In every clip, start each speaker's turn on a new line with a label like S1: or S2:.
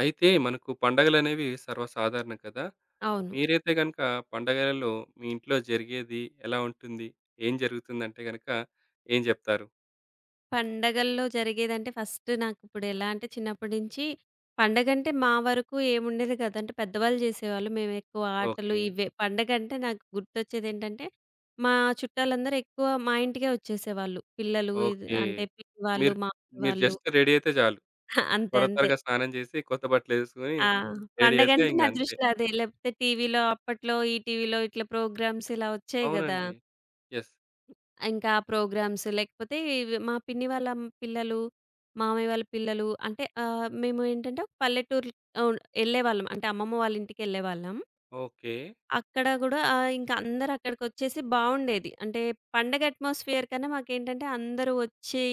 S1: అయితే మనకు పండగలనేవి సర్వసాధారణం కదా!
S2: అవును.
S1: మీరైతే గనక పండగలలో మీ ఇంట్లో జరిగేది ఎలా ఉంటుంది? ఏం జరుగుతుందంటే గనక ఏం జెప్తారు?
S2: పండగల్లో జరిగేదంటే ఫస్ట్ నాకిప్పుడు ఎలా అంటే చిన్నప్పటి నుంచి పండగంటే మా వరకు ఏముండేది కాదు. అంటే పెద్దవాళ్ళు చేసేవాళ్ళు. మేమెక్కువ ఆటలు
S1: ఓకే.
S2: ఇవే. పండగంటే నాకు గుర్తొచ్చేదేంటంటే మా చుట్టాలందరూ ఎక్కువ మా ఇంటికే వచ్చేసేవాళ్ళు. పిల్లలు ఇది
S1: ఓకే.
S2: అంటే పిన్ని వాళ్ళు,
S1: మీరు
S2: మామయ్య
S1: మీరు
S2: వాళ్ళు.
S1: జస్ట్ రెడీ అయితే చాలు.
S2: అంతే
S1: త్వర
S2: అంతే.
S1: త్వరగా స్నానం జేసి కొత్త బట్టలేసుకొని
S2: ఆ!
S1: రెడీ అయితే
S2: పండగంటే
S1: ఇంగ
S2: నా
S1: అంతే.
S2: దృష్టిలో అదే. లేకపోతే టీవీలో అప్పట్లో ఈటీవీలో ఇట్లా ప్రోగ్రామ్స్ ఇలా వచ్చాయి గదా!
S1: అవునండి. యెస్.
S2: ఇంకా ప్రోగ్రామ్స్ లేకపోతే ఇవి మా పిన్ని వాళ్ళ పిల్లలు, మామయ్య వాళ్ళ పిల్లలు అంటే మేము ఏంటంటే ఒక పల్లెటూరు అవును. ఎళ్ళేవాళ్ళం. అంటే అమ్మమ్మ వాళ్ళ ఇంటికెళ్ళేవాళ్ళం.
S1: ఓకే.
S2: అక్కడ గూడా ఇంక అందరూ అక్కడికొచ్చేసి బావుండేది. అంటే పండగ అట్మాస్ఫియర్ కన్నా మాకేంటంటే అందరూ వచ్చి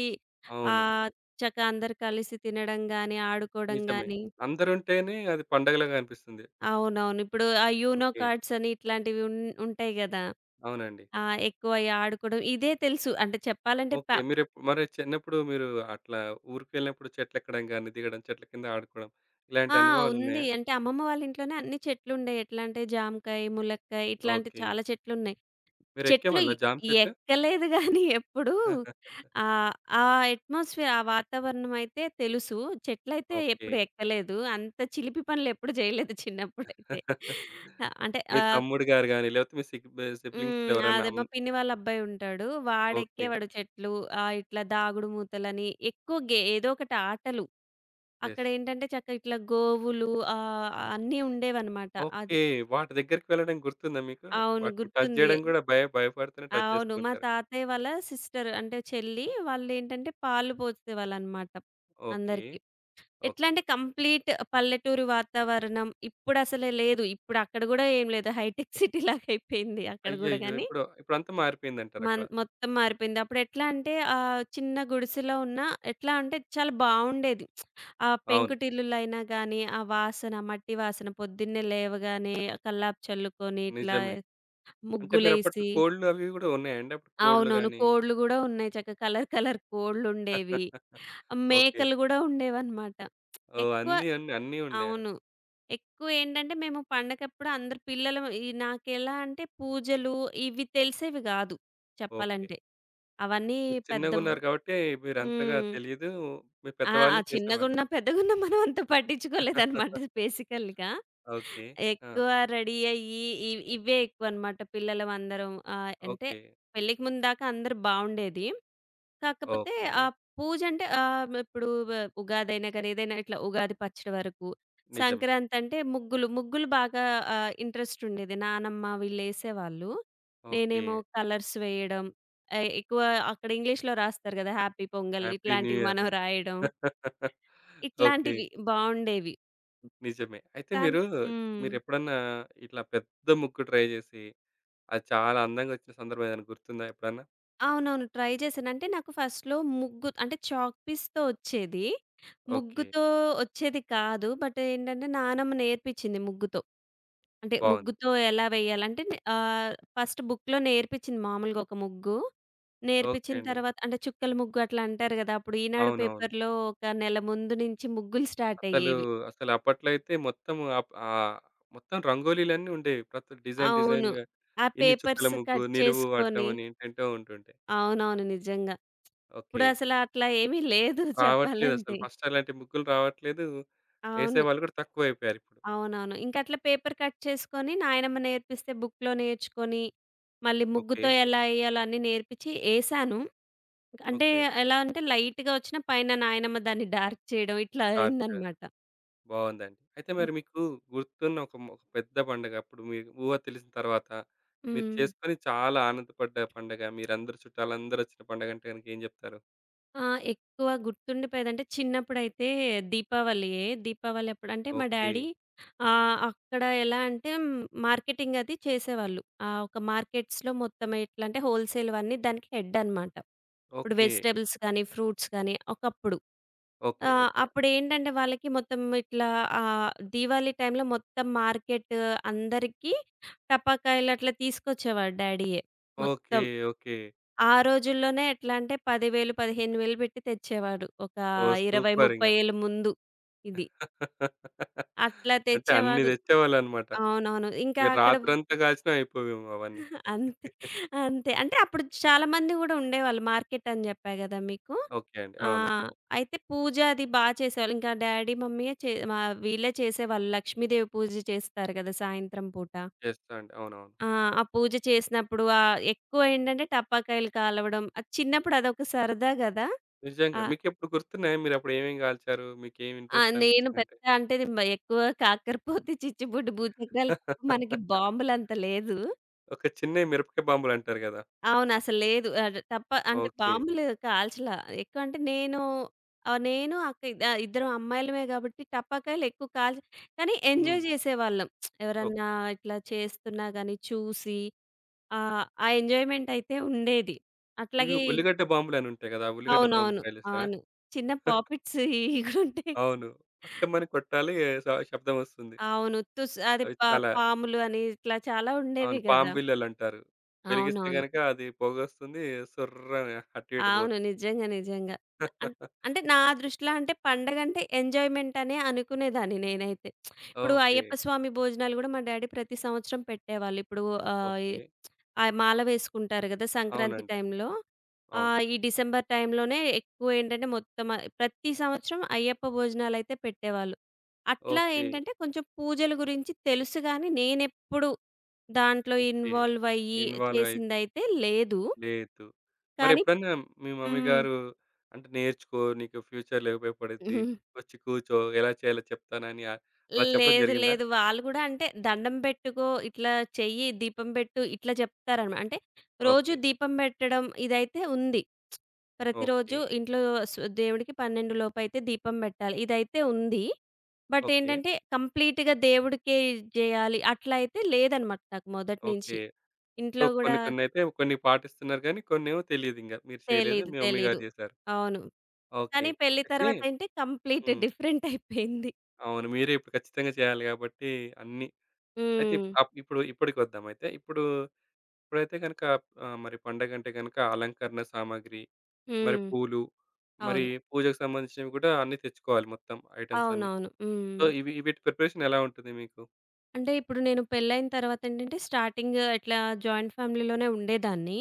S1: అవును.
S2: ఆహ్, చక్కగా అందరూ కలిసి తినడం గాని, ఆడుకోవడం
S1: నిజమే.
S2: గాని
S1: అందరుంటేనే అది పండగలాగా అనిపిస్తుంది.
S2: అవునవును. ఇప్పుడు ఆ యూనో
S1: ఓకే.
S2: కార్డ్స్ అని ఇట్లాంటివి ఉంటాయి గదా!
S1: అవునండి.
S2: ఎక్కువ అయి ఆడుకోవడం. ఇదే తెలుసు. అంటే చెప్పాలంటే
S1: ఓకే. మరి చిన్నప్పుడు మీరు అట్లా ఊరికెళ్ళినప్పుడు చెట్లెక్కడం గాని, దిగడం, చెట్ల కింద ఆడుకోవడం ఇలాంటి
S2: ఆ! ఉంది.
S1: అనుభవాలున్నాయా?
S2: అంటే అమ్మమ్మ వాళ్ళ ఇంట్లోనే అన్ని చెట్లుండేయి. ఎట్లా అంటే జామకాయ, ములక్కాయ ఇట్లాంటి
S1: ఓకే.
S2: చాలా చెట్లున్నాయి. చెట్లు
S1: మీరెక్కేవాళ్ళా జామ చెట్టు?
S2: ఎక్కలేదు గానీ ఎప్పుడూ ఆహ్, ఆ అట్మాస్ఫియర్ ఆ వాతావరణం అయితే తెలుసు. చెట్లయితే
S1: ఓకే.
S2: ఎప్పుడు ఎక్కలేదు. అంత చిలిపి పనులు ఎప్పుడు జేయలేదు చిన్నప్పుడైతే. ఆ! అంటే
S1: మీ
S2: ఆహ్,
S1: తమ్ముడు గారు గాని, లేకపోతే మీ సిగ్ బె సిబ్లింగ్స్‌లో
S2: హ్మ్.
S1: ఎవరైనా
S2: అదే మా పిన్ని వాళ్ళ అబ్బాయి ఉంటాడు.
S1: ఓకే.
S2: వాడెక్కేవాడు చెట్లు. ఇట్లా దాగుడు మూతలని ఎక్కువ ఏదో ఒకటి ఆటలు.
S1: యెస్.
S2: అక్కడేంటంటే చక్కగా ఇట్లా గోవులు అన్నీ ఉండేవనమాట. అది.
S1: ఓకే. వాటి దగ్గరికి వెళ్ళడం గుర్తుందా మీకు?
S2: అవును.
S1: వాటిని టచ్
S2: గుర్తుంది.
S1: జేయడం గూడా భయ భయపడుతూనే టచ్ జేస్తూ
S2: అవును. మా
S1: ఉంటారు.
S2: తాతయ్య వాళ్ళ సిస్టర్ అంటే చెల్లి వాళ్ళేంటంటే పాలు పోసేవాళ్ళనమాట
S1: ఓకే.
S2: అందరికి. ఎట్లా
S1: ఓకే.
S2: అంటే కంప్లీట్ పల్లెటూరు వాతావరణం. ఇప్పుడసలే లేదు. ఇప్పుడు అక్కడ గూడా ఏం లేదు. హైటెక్ సిటీ లాగయిపోయింది అక్కడ గూడా
S1: అయ్యయ్యో!
S2: గానీ.
S1: ఇప్పుడంతా మారిపోయిందంటారక్కడ.
S2: మొత్తం మారిపోయింది. అప్పుడెట్లా అంటే చిన్న గుడిసెలో ఉన్న ఎట్లా అంటే చాలా బావుండేది. ఆ
S1: అవును.
S2: పెంకుటిల్లులైనా గానీ, ఆ వాసన, మట్టి వాసన పొద్దున్నే లేవగానే కల్లాపు చల్లుకొని ఇట్లా
S1: నిజమే. అంటే మీరప్పట్లో
S2: ముగ్గులేసి
S1: కోళ్ళు అవి గూడా ఉన్నాయండి? అప్పుడు కోళ్ళు
S2: అవునవును.
S1: గాని
S2: కోళ్ళు గూడా ఉన్నాయి. చక్కగా కలర్ కలర్ కోళ్ళుండేవి.
S1: ఓకే.
S2: మేకలు గూడా ఉండేవన్నమాట.
S1: ఓహ్!
S2: ఎక్కువ
S1: అన్నీ అన్నీ అన్నీ ఉండేయా?
S2: అవును. ఎక్కువేంటంటే మేము పండగప్పుడు అందరు పిల్లలం ఈ నాకెలా అంటే పూజలు ఇవి తెలిసేవి గాదు
S1: ఓకే.
S2: చెప్పాలంటే. అవన్నీ
S1: మీరు
S2: పెద్ద
S1: చిన్నగున్నారు కాబట్టి మీరంతగా
S2: హ్మ్.
S1: తెలీదు. మీ
S2: ఆ! ఆ!
S1: పెద్దవాళ్ళు చేసేవాళ్ళు.
S2: చిన్నగున్నా, పెద్దగున్నా మనం అంత పట్టించుకోలేదనమాట బేసికల్‌గా.
S1: ఓకే. ఆ!
S2: ఎక్కువ రెడీ అయ్యి ఇవే ఎక్కువనమాట పిల్లలమందరం. అంటే
S1: ఓకే.
S2: పెళ్ళికి ముందు దాకా అందరూ బావుండేది. కాకపోతే
S1: ఓకే.
S2: ఆ పూజంటే ఆహ్, ఇప్పుడు వ ఉగాదైనా కానీ, ఏదైనా ఇట్లా ఉగాది పచ్చడి వరకు.
S1: నిజమే.
S2: సంక్రాంతంటే ముగ్గులు. ముగ్గులు బాగా ఇంట్రెస్టుండేది. నానమ్మ వీళ్ళేసేవాళ్ళు.
S1: ఓకే.
S2: నేనేమో కలర్స్ వేయడం. ఆహ్, ఎక్కువ అక్కడ ఇంగ్లీష్‌లో రాస్తారు గదా! హ్యాపీ పొంగల్
S1: హ్యాపీ న్యూ
S2: ఇట్లాంటివి
S1: ఇయర్.
S2: మనం రాయడం.
S1: ఓకే.
S2: ఇట్లాంటివి బావుండేవి.
S1: నిజమే. అయితే
S2: కానీ
S1: మీరు
S2: హ్మ్.
S1: మీరెప్పుడన్నా ఇట్లా పెద్ద ముగ్గు ట్రై జేసి, అది చాలా అందంగొచ్చిన సందర్భం ఏదైనా గుర్తుందా ఎప్పుడన్నా?
S2: అవునవును. ట్రై చేశాను. అంటే నాకు ఫస్ట్‌లో ముగ్గు అంటే చాక్ పీస్‌తో వచ్చేది.
S1: ఓకే.
S2: ముగ్గుతో వచ్చేది కాదు. బట్ ఏంటంటే నానమ్మ నేర్పించింది ముగ్గుతో. అంటే
S1: బావుంది.
S2: ముగ్గుతో ఎలా వేయాలంటే ఆహ్, ఫస్ట్ బుక్‌లో నేర్పించింది మామూలుగా ఒక ముగ్గు.
S1: ఓకే
S2: నేర్పించిన
S1: అండి.
S2: తర్వాత అంటే చుక్కల ముగ్గు అట్లా అంటారు కదా! అప్పుడు ఈనాడు
S1: అవునవును.
S2: పేపర్‌లో ఒక నెల ముందు నుంచి ముగ్గులు స్టార్ట్
S1: అసలు,
S2: అయ్యేవి.
S1: అసలు అప్పట్లో అయితే మొత్తం మొత్తం రంగోలీలన్నీ ఉండేవి. ప్రతి డిజైన్
S2: అవును.
S1: డిజైన్‌లుగా
S2: ఆ
S1: ఇన్ని చుక్కల
S2: పేపర్స్
S1: ముగ్గు,
S2: కట్
S1: నిలువు అడ్డం
S2: చేసుకొని
S1: అని ఏంటేంటో ఉంటుండే.
S2: అవునవును. నిజంగా.
S1: ఓకే.
S2: ఇప్పుడసల అట్లా ఏమీ లేదు
S1: రావట్లేదసలు.
S2: చెప్పాలంటే.
S1: ఫస్ట్ అలాంటి ముగ్గులు రావట్లేదు.
S2: అవును.
S1: ఏసేవాళ్ళు కూడా తక్కువైపోయారిప్పుడు.
S2: అవునవును. ఇంకట్లా పేపర్ కట్ చేసుకొని నాయనమ్మ నేర్పిస్తే బుక్‌లో నేర్చుకొని, మళ్ళీ
S1: ఓకే.
S2: ముగ్గుతో ఎలా ఎయ్యాలో అన్నీ నేర్పిచ్చి ఎసాను. అంటే
S1: ఓకే.
S2: ఎలా అంటే లైట్‌గా ఒచ్చినా పైన నాయనమ్మ దాన్ని డార్క్ చేయడం ఇట్లా
S1: డార్క్
S2: అయిందనమాట.
S1: బావుందండి. అయితే మరి
S2: హ్మ్.
S1: మీకు గుర్తున్న ఒక పెద్ద పండగ అప్పుడు మీకు ఊహ తెలిసిన తర్వాత మీరు
S2: హ్మ్.
S1: చేసుకొని చాలా ఆనందపడ్డ పండగ, చుట్టాలందరూ వచ్చిన పండగంటే గనుక ఏం జెప్తారు?
S2: ఆ! ఎక్కువ గుర్తుండిపోయేదంటే చిన్నప్పుడైతే దీపావళియే. దీపావళి అప్పుడంటే మా
S1: ఓకే.
S2: డ్యాడీ అక్కడ ఎలా అంటే మార్కెటింగ్ అది చేసేవాళ్ళు. ఒక మార్కెట్స్‌లో మొత్తం ఎట్లా అంటే హోల్‌సేల్‌వన్నీ దానికి హెడ్ అనమాట. ఇప్పుడు
S1: ఓకే.
S2: వెజిటబుల్స్ గానీ, ఫ్రూట్స్ గానీ ఒకప్పుడు.
S1: ఓకే. ఓకే.
S2: అప్పుడేంటంటే వాళ్ళకి మొత్తం ఇట్లా దీవాళి టైంలో మొత్తం మార్కెట్ అందరికీ టపాకాయలు అట్లా తీసుకొచ్చేవాడు డ్యాడీయే
S1: ఓకే.
S2: మొత్తం.
S1: ఓకే.
S2: ఆ రోజుల్లోనే ఎట్లా అంటే 10,000, 15,000 పెట్టి తెచ్చేవాడు. ఒక
S1: ఓహ్!
S2: 20,
S1: సూపరింగ.
S2: 30 ఏళ్ళ ముందు ఇది. అట్లా
S1: అంటే అన్ని
S2: తెచ్చేవాడు.
S1: తెచ్చేవాళ్ళన్నమాట.
S2: అవునవును. ఇంకా
S1: మీరు
S2: అక్కడ
S1: రాత్రంతా కాచినా అయిపోవేమో అవన్నీ.
S2: అంతే. అంతే. అంటే అప్పుడు చాలామంది గూడా ఉండేవాళ్ళు. మార్కెట్ అని జెప్పా గదా మీకు.
S1: ఓకే అండి.
S2: ఆ!
S1: అవును.
S2: అయితే పూజ అది బా చేసేవాళ్ళు. ఇంకా డ్యాడీ, మమ్మీయే చే మా వీళ్ళే చేసేవాళ్ళు. లక్ష్మీదేవి పూజ చేస్తారు గదా! సాయంత్రం పూట.
S1: చేస్తా అండి. అవునవును.
S2: ఆ! ఆ పూజ చేసినప్పుడు ఎక్కువ ఏంటంటే టపాకాయలు కాలవడం. అది చిన్నప్పుడు అదొక సరదా గదా!
S1: నిజంగా.
S2: ఆ!
S1: మీకెప్పుడు గుర్తున్నాయా మీరప్పుడు ఏమేం కాల్చారు? మీకేం
S2: ఆ!
S1: ఇంట్రెస్ట్
S2: నేను
S1: అనిపించిందంటే?
S2: పెద్ద అంటే ఎక్కువ కాకరపోతే, చిచ్చుబుడ్డి, భూచక్రాలు తప్ప మనకి బాంబులంత లేదు.
S1: ఒక చిన్నయి మిరపకాయ బాంబులంటారు గదా!
S2: అవును. అసలు లేదు. అడ్ తప్ప అంటే
S1: ఓకే.
S2: బాంబులు కాల్చల. ఎక్కువ అంటే నేను ఆహ్, నేను ఇద్దరం అమ్మాయిలమే గాబట్టి టపాకాయలు ఎక్కువ కానీ
S1: హ్మ్.
S2: ఎంజాయ్ జేసేవాళ్ళం. ఎవరన్నా
S1: ఓకే.
S2: ఇట్లా చేస్తున్నా గాని చూసి ఆ ఎంజాయ్‌మెంట్ అయితే ఉండేది.
S1: ఇవి
S2: అట్లాగే
S1: ఉల్లిగడ్డ బాంబులని ఉంటాయి గదా! ఆ ఉల్లిగడ్డల బాంబు
S2: అవునవును.
S1: ట్రై చేసారా?
S2: అవును. చిన్న పాపిట్స్ ఇవి కూడా ఉంటాయి.
S1: అవును. పట్టమని కొట్టాలి శబ్దం వస్తుంది.
S2: అవును. తుస్ అది
S1: అవి చాలా
S2: పాములు అని ఇట్లా చాలా
S1: అవును.
S2: ఉండేవి గదా!
S1: పాంబిళ్ళలంటారు. వెలిగిస్తే
S2: అవునవును.
S1: గనక అది పొగొస్తుంది. సొర్రని అటు ఇటు
S2: అవును.
S1: పోతుంది.
S2: నిజంగా. నిజంగా. అం అంటే నా దృష్టిలో అంటే పండగంటే ఎంజాయ్‌మెంట్ అనే అనుకునేదాన్ని నేనైతే. ఇప్పుడు
S1: ఓకే.
S2: అయ్యప్ప స్వామి భోజనాలు గూడా మా డ్యాడీ ప్రతి సంవత్సరం పెట్టేవాళ్ళు. ఇప్పుడు ఆహ్, ఈ
S1: ఓకే.
S2: ఆ! మాల వేసుకుంటారు గదా! సంక్రాంతి
S1: అవునండి.
S2: టైంలో.
S1: అవును.
S2: ఈ డిసెంబర్ టైంలోనే ఎక్కువేంటంటే మొత్తం ప్రతి సంవత్సరం అయ్యప్ప భోజనాలైతే పెట్టేవాళ్ళు. అట్లా
S1: ఓకే.
S2: ఏంటంటే కొంచెం పూజల గురించి తెలుసు గానీ, నేనెప్పుడు దాంట్లో
S1: ఓకే.
S2: ఇన్వాల్వ్ అయ్యి
S1: ఇన్వాల్వ్ అయి
S2: చేసిందైతే లేదు.
S1: లేదు.
S2: కానీ
S1: మరెప్పుడన్నా మీ మమ్మీ
S2: హ్మ్.
S1: గారు అంటే, నేర్చుకో నీకు ఫ్యూచర్‌లో ఉపయోగపడిద్ది. వచ్చి కూర్చో, ఎలా చేయాలో చెప్తానని అలా చెప్పడం
S2: లేదు.
S1: జరిగిందా?
S2: లేదు. వాళ్ళు గూడా అంటే దండం పెట్టుకో, ఇట్లా చెయ్యి, దీపం పెట్టు ఇట్లా చెప్తారనమాట. అంటే రోజు
S1: ఓకే.
S2: దీపం పెట్టడం ఇదైతే ఉంది.
S1: ఓకే.
S2: ప్రతిరోజు ఇంట్లో స్ దేవుడికి 12 లోపైతే దీపం పెట్టాలి. ఇదైతే ఉంది. But
S1: okay.
S2: ఏంటంటే కంప్లీట్‌గా దేవుడికే జేయాలి అట్లా అయితే లేదనమాట నాకు మొదటి నుంచి.
S1: ఓకే. సో,
S2: ఇంట్లో గూడా
S1: కొన్ని పాటిస్తున్నారు గానీ, కొన్నేమో తెలీదింక. మీరు చేయలేదు.
S2: తెలీదు.
S1: మీ మమ్మీ
S2: తెలీదు.
S1: గారు చేశారు.
S2: అవును.
S1: ఓకే.
S2: కానీ పెళ్లి
S1: అయితే
S2: తర్వాతేంటి కంప్లీట్
S1: హ్మ్.
S2: డిఫరెంట్ అయిపోయింది.
S1: అవును. మీరే ఇప్పుడు ఖచ్చితంగా చేయాలి గాబట్టి అన్నీ అయితే
S2: హ్మ్.
S1: ఇప్పుడు ఇప్పటికొద్దాం అయితే. ఇప్పుడైతే గనక మరి పండగంటే గనక అలంకరణ సామాగ్రి, మరి
S2: హ్మ్.
S1: పూలు, మరి
S2: అవును.
S1: పూజకు సంబంధించినవి గూడా అన్నీ తెచ్చుకోవాలి మొత్తం ఐటెమ్స్ అన్నీ.
S2: అవునవును.
S1: సో,
S2: హ్మ్.
S1: ఇవి వీటి ప్రిపరేషన్ ఎలా ఉంటుంది మీకు?
S2: అంటే ఇప్పుడు నేను పెళ్ళైన తర్వాతేంటంటే స్టార్టింగ్ ఇట్లా జాయింట్ ఫ్యామిలీలోనే ఉండేదాన్ని.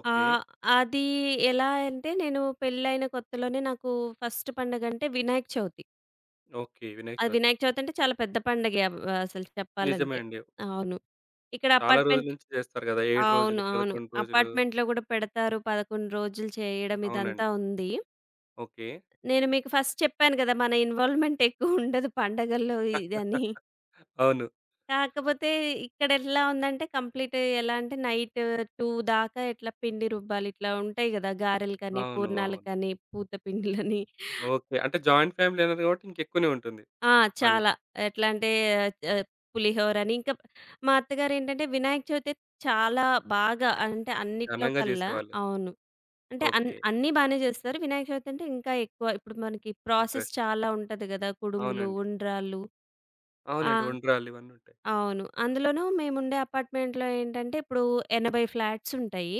S1: ఓకే.
S2: ఆహ్, అది ఎలా అంటే నేను పెళ్ళైన కొత్తలోనే నాకు ఫస్ట్ పండగంటే వినాయక చవితి.
S1: ఓకే. వినాయక
S2: అది
S1: చవితి.
S2: వినాయక చవితి అంటే చాలా పెద్ద పండగే అసలు
S1: నిజమే
S2: చెప్పాలంటే.
S1: అండి.
S2: అవును. ఇక్కడ
S1: చాలా రోజుల
S2: అపార్ట్‌మెంట్
S1: నుంచి చేస్తారు గదా! 7
S2: అవును.
S1: రోజులు,
S2: అవును.
S1: 11 రోజులు.
S2: అపార్ట్‌మెంట్‌లో గూడా పెడతారు. 11 రోజులు చేయడం ఇదంతా
S1: అవునండి.
S2: ఉంది.
S1: ఓకే.
S2: నేను మీకు ఫస్ట్ చెప్పాను గదా! మన ఇన్వాల్వ్‌మెంట్ ఎక్కువ ఉండదు పండగల్లో ఇదని.
S1: అవును.
S2: కాకపోతే ఇక్కడెట్లా ఉందంటే కంప్లీట్ ఎలా అంటే నైట్ 2 దాకా ఎట్లా పిండి రుబ్బాలి. ఇట్లా ఉంటాయి గదా! గారెలు కానీ,
S1: అవును.
S2: పూర్ణాలు
S1: అవును.
S2: కానీ, పూత పిండిలని
S1: ఓకే. అంటే జాయింట్ ఫ్యామిలీ అన్నారు గాబట్టి ఇంకెక్కువనే ఉంటుంది
S2: ఆ!
S1: పని.
S2: చాలా. ఎట్లా అంటే ఆహ్, పులిహోరని ఇంకా మా అత్తగారేంటంటే వినాయక చవితి చాలా బాగా అంటే అన్నిట్లో
S1: ఘనంగా
S2: కల్లా
S1: చేసేవాళ్ళు.
S2: అవును. అంటే
S1: ఓకే.
S2: అన్నీ బానే జేస్తారు. వినాయక చవితి అంటే ఇంకా ఎక్కువ. ఇప్పుడు మనకి ప్రాసెస్
S1: ఇంట్రెస్ట్.
S2: చాలా ఉంటది గదా! కుడుములు,
S1: అవునండి.
S2: ఉండ్రాళ్ళు. ఆ!
S1: అవునండి. ఉండ్రాళ్ళు ఇవన్నీ ఉంటాయి.
S2: అవును. అందులోనూ మేముండే అపార్ట్‌మెంట్‌లో ఏంటంటే, ఇప్పుడు 80 ఫ్లాట్స్ ఉంటాయి.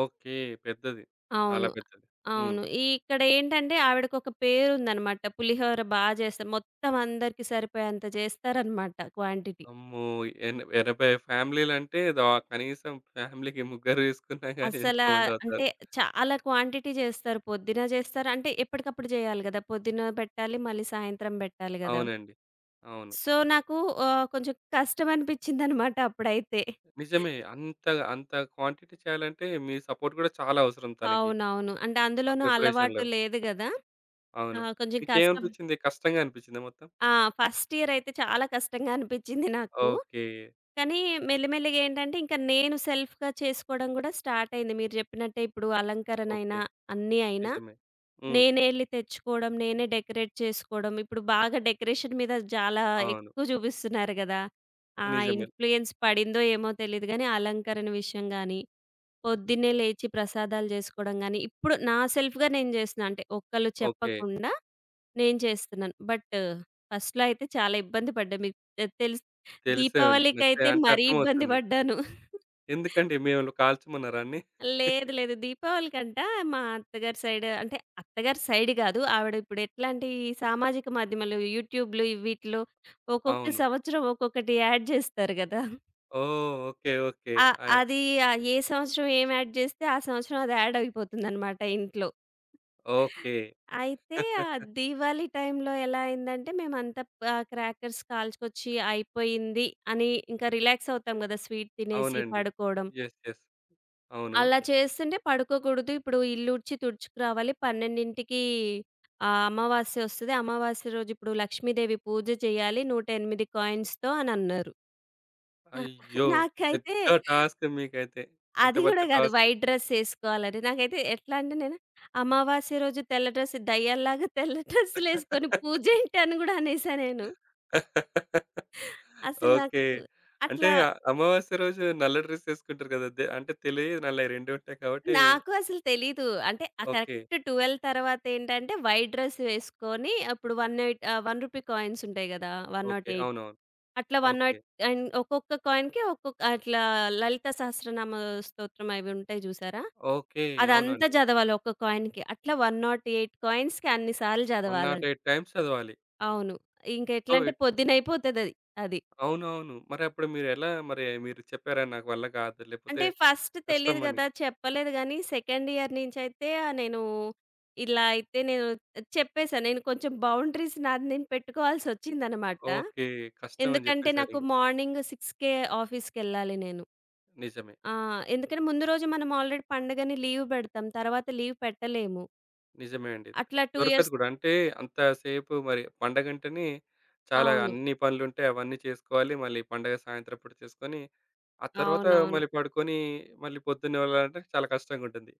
S1: ఓకే. పెద్దది. చాలా
S2: అవును.
S1: పెద్దది. హ్మ్.
S2: అవును. ఇక్కడేంటంటే, ఆవిడకొక పేరుందనమాట. పులిహోర బా చేస్తారు. మొత్తం అందరికి సరిపోయేంత చేస్తారనమాట క్వాంటిటీ.
S1: అమ్మో! 80 ఫ్యామిలీలంటే కనీసం ఫ్యామిలీకి ముగ్గురు తీసుకున్నా గాని
S2: అసలా
S1: ఎంతమంది
S2: అంటే,
S1: అవుతారు?
S2: చాలా క్వాంటిటీ చేస్తారు. పొద్దున చేస్తారు. అంటే, ఎప్పటికప్పుడు చేయాలి గదా! పొద్దున పెట్టాలి, మళ్ళీ సాయంత్రం పెట్టాలి గదా!
S1: అవునండి. అవును.
S2: సో, నాకు కొంచెం కష్టమనిపిచ్చిందనమాట అప్పుడైతే.
S1: నిజమే. అంత అంత క్వాంటిటీ చేయాలంటే మీ సపోర్ట్ కూడా చాలా అవసరం తనకి.
S2: అవునవును. అంటే
S1: ఆ
S2: అందులోనూ అలవాటు
S1: ప్రిపరేషన్‌లో.
S2: లేదు గదా!
S1: అవును.
S2: కొంచెం కష్టం.
S1: మీకేమనిపించింది? కష్టంగా అనిపించిందా మొత్తం?
S2: ఆ! ఫస్ట్ ఇయర్ అయితే చాలా కష్టంగా అనిపించింది నాకు.
S1: ఓకే.
S2: కానీ మెల్లిమెల్లిగా ఏంటంటే ఇంకా నేను సెల్ఫ్‌గా చేసుకోవడం గూడా స్టార్ట్ అయింది. మీరు చెప్పినట్టే ఇప్పుడు అలంకరణ
S1: ఓకే.
S2: అయినా, అన్నీ అయినా
S1: నిజమే. హ్మ్.
S2: నేనే ఎళ్లి తెచ్చుకోవడం, నేనే డెకరేట్ చేసుకోవడం. ఇప్పుడు బాగా డెకరేషన్ మీద చాలా
S1: అవును.
S2: ఎక్కువ చూపిస్తున్నారు గదా! ఆ
S1: నిజమే.
S2: ఇన్‌ఫ్లూయెన్స్ పడిందో ఏమో తెలీదు గానీ అలంకరణ విషయం గానీ, పొద్దున్నే లేచి ప్రసాదాలు చేసుకోవడం గానీ, ఇప్పుడు నా సెల్ఫ్‌గా నేను చేస్తున్నా. అంటే ఒకళ్ళు
S1: ఓకే.
S2: చెప్పకుండా నేను చేస్తున్నాను. బట్ ఫస్ట్‌లో అయితే చాలా ఇబ్బంది పడ్డా. మీకు తెలుసు
S1: తెలిసే ఉంటుంది.
S2: దీపావళికైతే
S1: అంటే
S2: మరీ ఇబ్బంది
S1: అర్థమవుతుంది.
S2: పడ్డాను.
S1: ఎందుకండి మిమ్మల్ని కాల్చమన్నారా అన్ని?
S2: లేదు, లేదు. మా అత్తగారి సైడ్ అంటే అత్తగారి సైడ్ గాదు. ఆవిడ ఇప్పుడు ఎట్లా అంటే ఈ సామాజిక మాధ్యమాలు, యూట్యూబ్‌లు వీటిలో ఒక్కొక్క
S1: అవును.
S2: సంవత్సరం ఒక్కొక్కటి యాడ్ చేస్తారు గదా!
S1: ఓహ్! ఓకే. ఓకే.
S2: ఆ!
S1: ఆహ్,
S2: అది ఏ సంవత్సరం ఏం యాడ్ చేస్తే ఆ సంవత్సరం అది యాడ్ అయిపోతుందనమాట ఇంట్లో.
S1: ఓకే.
S2: అయితే ఆ దీవాళీ టైంలో ఎలా అయిందంటే మేమంతా క్రాకర్స్ కాల్చుకొచ్చి అయిపోయింది అని ఇంకా రిలాక్స్ అవుతాం గదా! స్వీట్ తినేసి
S1: అవునండి.
S2: పడుకోవడం.
S1: యెస్. యెస్. అవును.
S2: అలా చేస్తుంటే పడుకోకూడదు. ఇప్పుడు ఇల్లు ఊడ్చి తుడుచుకురావాలి. 12కి అమావాస్య ఒస్తది. అమావాస్య రోజు ఇప్పుడు లక్ష్మీదేవి పూజ చేయాలి. 108 కాయిన్స్‌తో అని అన్నారు. నా
S1: అయ్యో!
S2: నాకైతే
S1: పెద్ద టాస్క్ మీకైతే. ఎంత
S2: అది
S1: పెద్ద
S2: గూడా గాదు.
S1: టాస్క్.
S2: వైట్ డ్రెస్సేసుకోవాలని. నాకైతే ఎట్లా అంటే నేను అమావాస్య రోజు తెల్ల డ్రెస్ దయ్యాల్లాగా తెల్ల డ్రెస్సులేసుకొని పూజేంటి అని గూడా అనేసా నేను. అసలు నాకు
S1: ఓకే. అంటే
S2: అట్లా
S1: ఆ అమావాస్య రోజు నల్ల డ్రెస్ ఎసుకుంటారు కదా! నల్లయి 2 ఉంటాయి కాబట్టి
S2: నాకు అసలు తెలీదు. అంటే ఆ కరెక్ట్
S1: ఓకే.
S2: 12 తర్వాత ఏంటంటే వైట్ డ్రెస్ వేసుకొని అప్పుడు 1 రూ. 1 కాయిన్స్ ఉంటాయి గదా!
S1: ఓకే.
S2: 108
S1: అవునవును.
S2: అట్లా
S1: ఓకే.
S2: 108 అండ్ ఒక్కొక్క కాయిన్‌కి ఒక్కొక్క అట్లా లలిత సహస్రనామ స్తోత్రం అవి ఉంటాయి జూసారా?
S1: ఓకే.
S2: అదంతా
S1: అవునండి.
S2: చదవాలి ఒక్క కాయిన్‌కి. అట్లా 108 కాయిన్స్‌కి అన్ని సార్లు చదవాలని.
S1: 108 టైమ్స్ చదవాలి.
S2: అవును.
S1: సో
S2: ఇంకెట్లంటే పొద్దునయిపోతదది. అది.
S1: అవునవును. మరప్పుడు మీరెలా మరి మీరు చెప్పారా నాకు వల్ల కాదు, లేపోతే
S2: అంటే ఫస్ట్
S1: కష్టం
S2: తెలీదు
S1: అని?
S2: గదా! చెప్పలేదు గానీ, సెకండ్ ఇయర్ నుంచయితే ఆహ్, నేను ఇలా అయితే నేను చెప్పేసా. నేను కొంచెం బౌండరీస్ నాది నేను పెట్టుకోవాల్సొచ్చిందనమాట.
S1: ఓకే. కష్టం అని
S2: ఎందుకంటే నాకు
S1: జెప్పేసారింగ.
S2: మార్నింగ్ 6కే ఆఫీస్‌కెళ్ళాలి నేను.
S1: నిజమే.
S2: ఆ! ఎందుకంటే ముందు రోజు మనం ఆల్రెడీ పండగని లీవ్ బెడతాం. తర్వాత లీవ్ పెట్టలేము.
S1: నిజమే అండి.
S2: అట్లా 2
S1: దొరకదు
S2: ఇయర్స్
S1: గూడా. అంటే అంత సేపు మరి పండగంటేనే చాలా
S2: అవును.
S1: అన్ని పనులుంటాయి. అవన్నీ చేసుకోవాలి. మళ్ళీ పండగ సాయంత్రం పూట చేసుకొని, ఆ తర్వాత
S2: అవునవును.
S1: మళ్ళీ పడుకొని, మళ్ళీ పొద్దున్నే లెగాలంటే చాలా కష్టంగుంటుంది.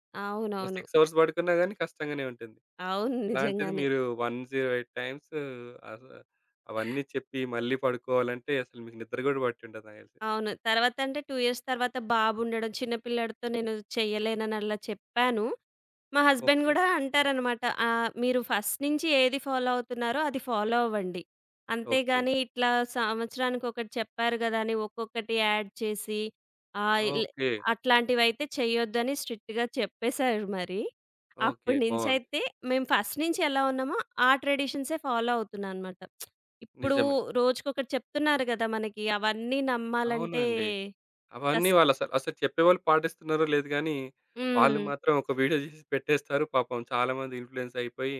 S1: ఒక
S2: అవునవును.
S1: 6 అవర్స్ పడుకున్నా గానీ కష్టంగానే ఉంటుంది.
S2: అవును.
S1: అలాంటిది
S2: నిజంగానే.
S1: మీరు 108 టైమ్స్ అస అవన్నీ చెప్పి మళ్ళీ పడుకోవాలంటే అసలు మీకు నిద్ర గూడా పట్టుండదు నాకు దెలిసి.
S2: అవును. తర్వాతంటే 2 ఇయర్స్ తర్వాత బాబుండడం, చిన్న పిల్లాడితో నేను చేయలేనని అలా చెప్పాను. మా హస్బెండ్
S1: ఓకే.
S2: గూడా అంటారనమాట. ఆహ్, "మీరు ఫస్ట్ నుంచి ఏది ఫాలో అవుతున్నారో అది ఫాలో అవ్వండి.
S1: ఓకే.
S2: అంతేగాని ఇట్లా సంవత్సరానికి ఒకటి చెప్పారు గదా! అని ఒక్కొక్కటి యాడ్ చేసి ఆహ్, ఇల్
S1: ఓకే.
S2: అట్లాంటివైతే చెయ్యొద్దని" స్ట్రిక్ట్‌గా చెప్పేశారు మరి.
S1: ఓకే.
S2: అప్పటి
S1: బావుంది.
S2: నుంచైతే మేము ఫస్ట్ నుంచి ఎలా ఉన్నామో ఆ ట్రెడిషన్సే ఫాలో అవుతున్నా అనమాట. ఇప్పుడు
S1: నిజమే.
S2: రోజుకొకటి చెప్తున్నారు గదా! మనకి అవన్నీ నమ్మాలంటే
S1: అవునండి.
S2: కస్
S1: అవన్నీ అసలు చెప్పేవాళ్ళు పాటిస్తున్నారో లేదు గానీ, వాళ్ళు
S2: హ్మ్.
S1: మాత్రం ఒక వీడియో జేసి పెట్టేస్తారు. పాపం చాలామంది ఇన్‌ఫ్లుయెన్స్ అయిపోయి,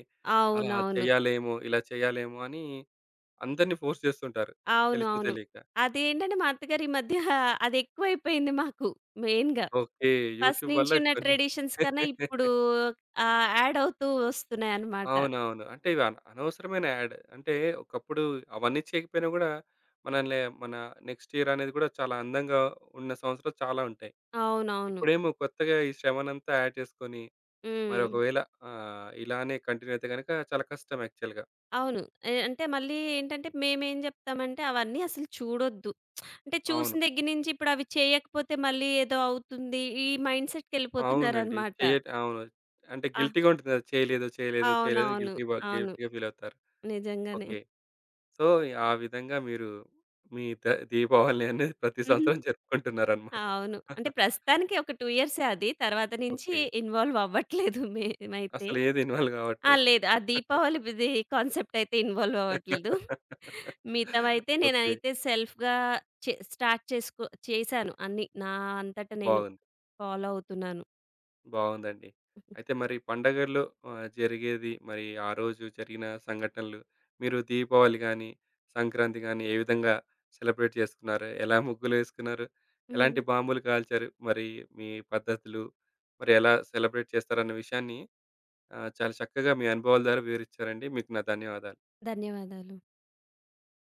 S1: అలా
S2: అవునవును.
S1: చేయాలేమో, ఇలా చేయాలేమో అని అందరిని ఫోర్స్ చేస్తుంటారు.
S2: అవును.
S1: తెలుసో
S2: అవును.
S1: తెలియక.
S2: అదేంటంటే మా అత్తగారు ఈ మధ్య అదెక్కువైపోయింది మాకు మెయిన్‌గా.
S1: ఓకే.
S2: ఫస్ట్
S1: యూట్యూబ్ వల్ల
S2: నుంచి ఉన్న
S1: కొన్ని
S2: ట్రెడిషన్స్ కన్నా ఇప్పుడు యాడ్ అవుతూ వస్తున్నాయన్నమాట.
S1: అవునవును. అంటే ఇవి అనవసరమైన యాడ్. అంటే ఒకప్పుడు అవన్నీ చేయకపోయినా గూడా, మన నెక్స్ట్ ఇయర్ అనేది గూడా చాలా అందంగా ఉన్న సంవత్సరాలు చాలా ఉంటాయి.
S2: అవునవును.
S1: ఇప్పుడేమో కొత్తగా ఈ శ్రమనంతా యాడ్ చేసుకొని, మరి
S2: హ్మ్.
S1: ఒకవేళ ఇలానే కంటిన్యూ అయితే గనక చాలా కష్టం యాక్చువల్‌గా.
S2: అవును. అంటే మళ్ళీ ఏంటంటే మేమేం జెప్తామంటే అవన్నీ అసలు చూడొద్దు. అంటే
S1: అవును.
S2: చూసిన దగ్గర నుంచి ఇప్పుడు అవి చేయకపోతే మళ్ళీ ఏదో అవుతుంది. ఈ మైండ్
S1: అవునండి.
S2: సెట్‌కెళ్ళిపోతున్నారనమాట.
S1: అవును. అంటే
S2: ఆ!
S1: గిల్టీ‌గా ఉంటుంది కదా! చేయలేదు, చేయలేదు, చేయలేదు అని
S2: అవునవును. అవును.
S1: గిల్టీ‌గా ఫీల్ అవుతారు.
S2: నిజంగానే.
S1: ఓకే. సో, ఆ విధంగా మీరు మీ ద దీపావళి అనేది ప్రతి సంవత్సరం జరుపుకుంటున్నారనమాట.
S2: అవును. అంటే ప్రస్తుతానికి ఒక 2 ఇయర్సే అది. తర్వాత నుంచి
S1: ఓకే.
S2: ఇన్వాల్వ్ అవ్వట్లేదు మేమైతే.
S1: అసలు ఏది ఇన్వాల్వ్ కావట్లేదు.
S2: లేదు. ఆ దీపావళి కాన్సెప్ట్ అయితే ఇన్వాల్వ్ అవ్వట్లేదు. మిగతావైతే
S1: ఓకే.
S2: నేనైతే సెల్ఫ్‌గా చే స్టార్ట్ చేసుకో చేశాను అన్నీ. నా అంతట నేను
S1: బాగుంది.
S2: ఫాలో అవుతున్నాను.
S1: బావుందండి. అయితే మరి పండగల్లో జరిగేది మరి ఆ రోజు జరిగిన సంఘటనలు, మీరు దీపావళి గానీ, సంక్రాంతి గానీ ఏ విధంగా సెలబ్రేట్ చేసుకున్నారు? ఎలా ముగ్గులేసుకున్నారు? ఎలాంటి
S2: హ్మ్.
S1: బాంబులు కాల్చారు? మరి మీ పద్ధతులు, మరి ఎలా సెలబ్రేట్ చేస్తారన్న విషయాన్ని చాలా చక్కగా మీ అనుభవాల ద్వారా వివరించారండి. మీకు నా ధన్యవాదాలు.
S2: ధన్యవాదాలు.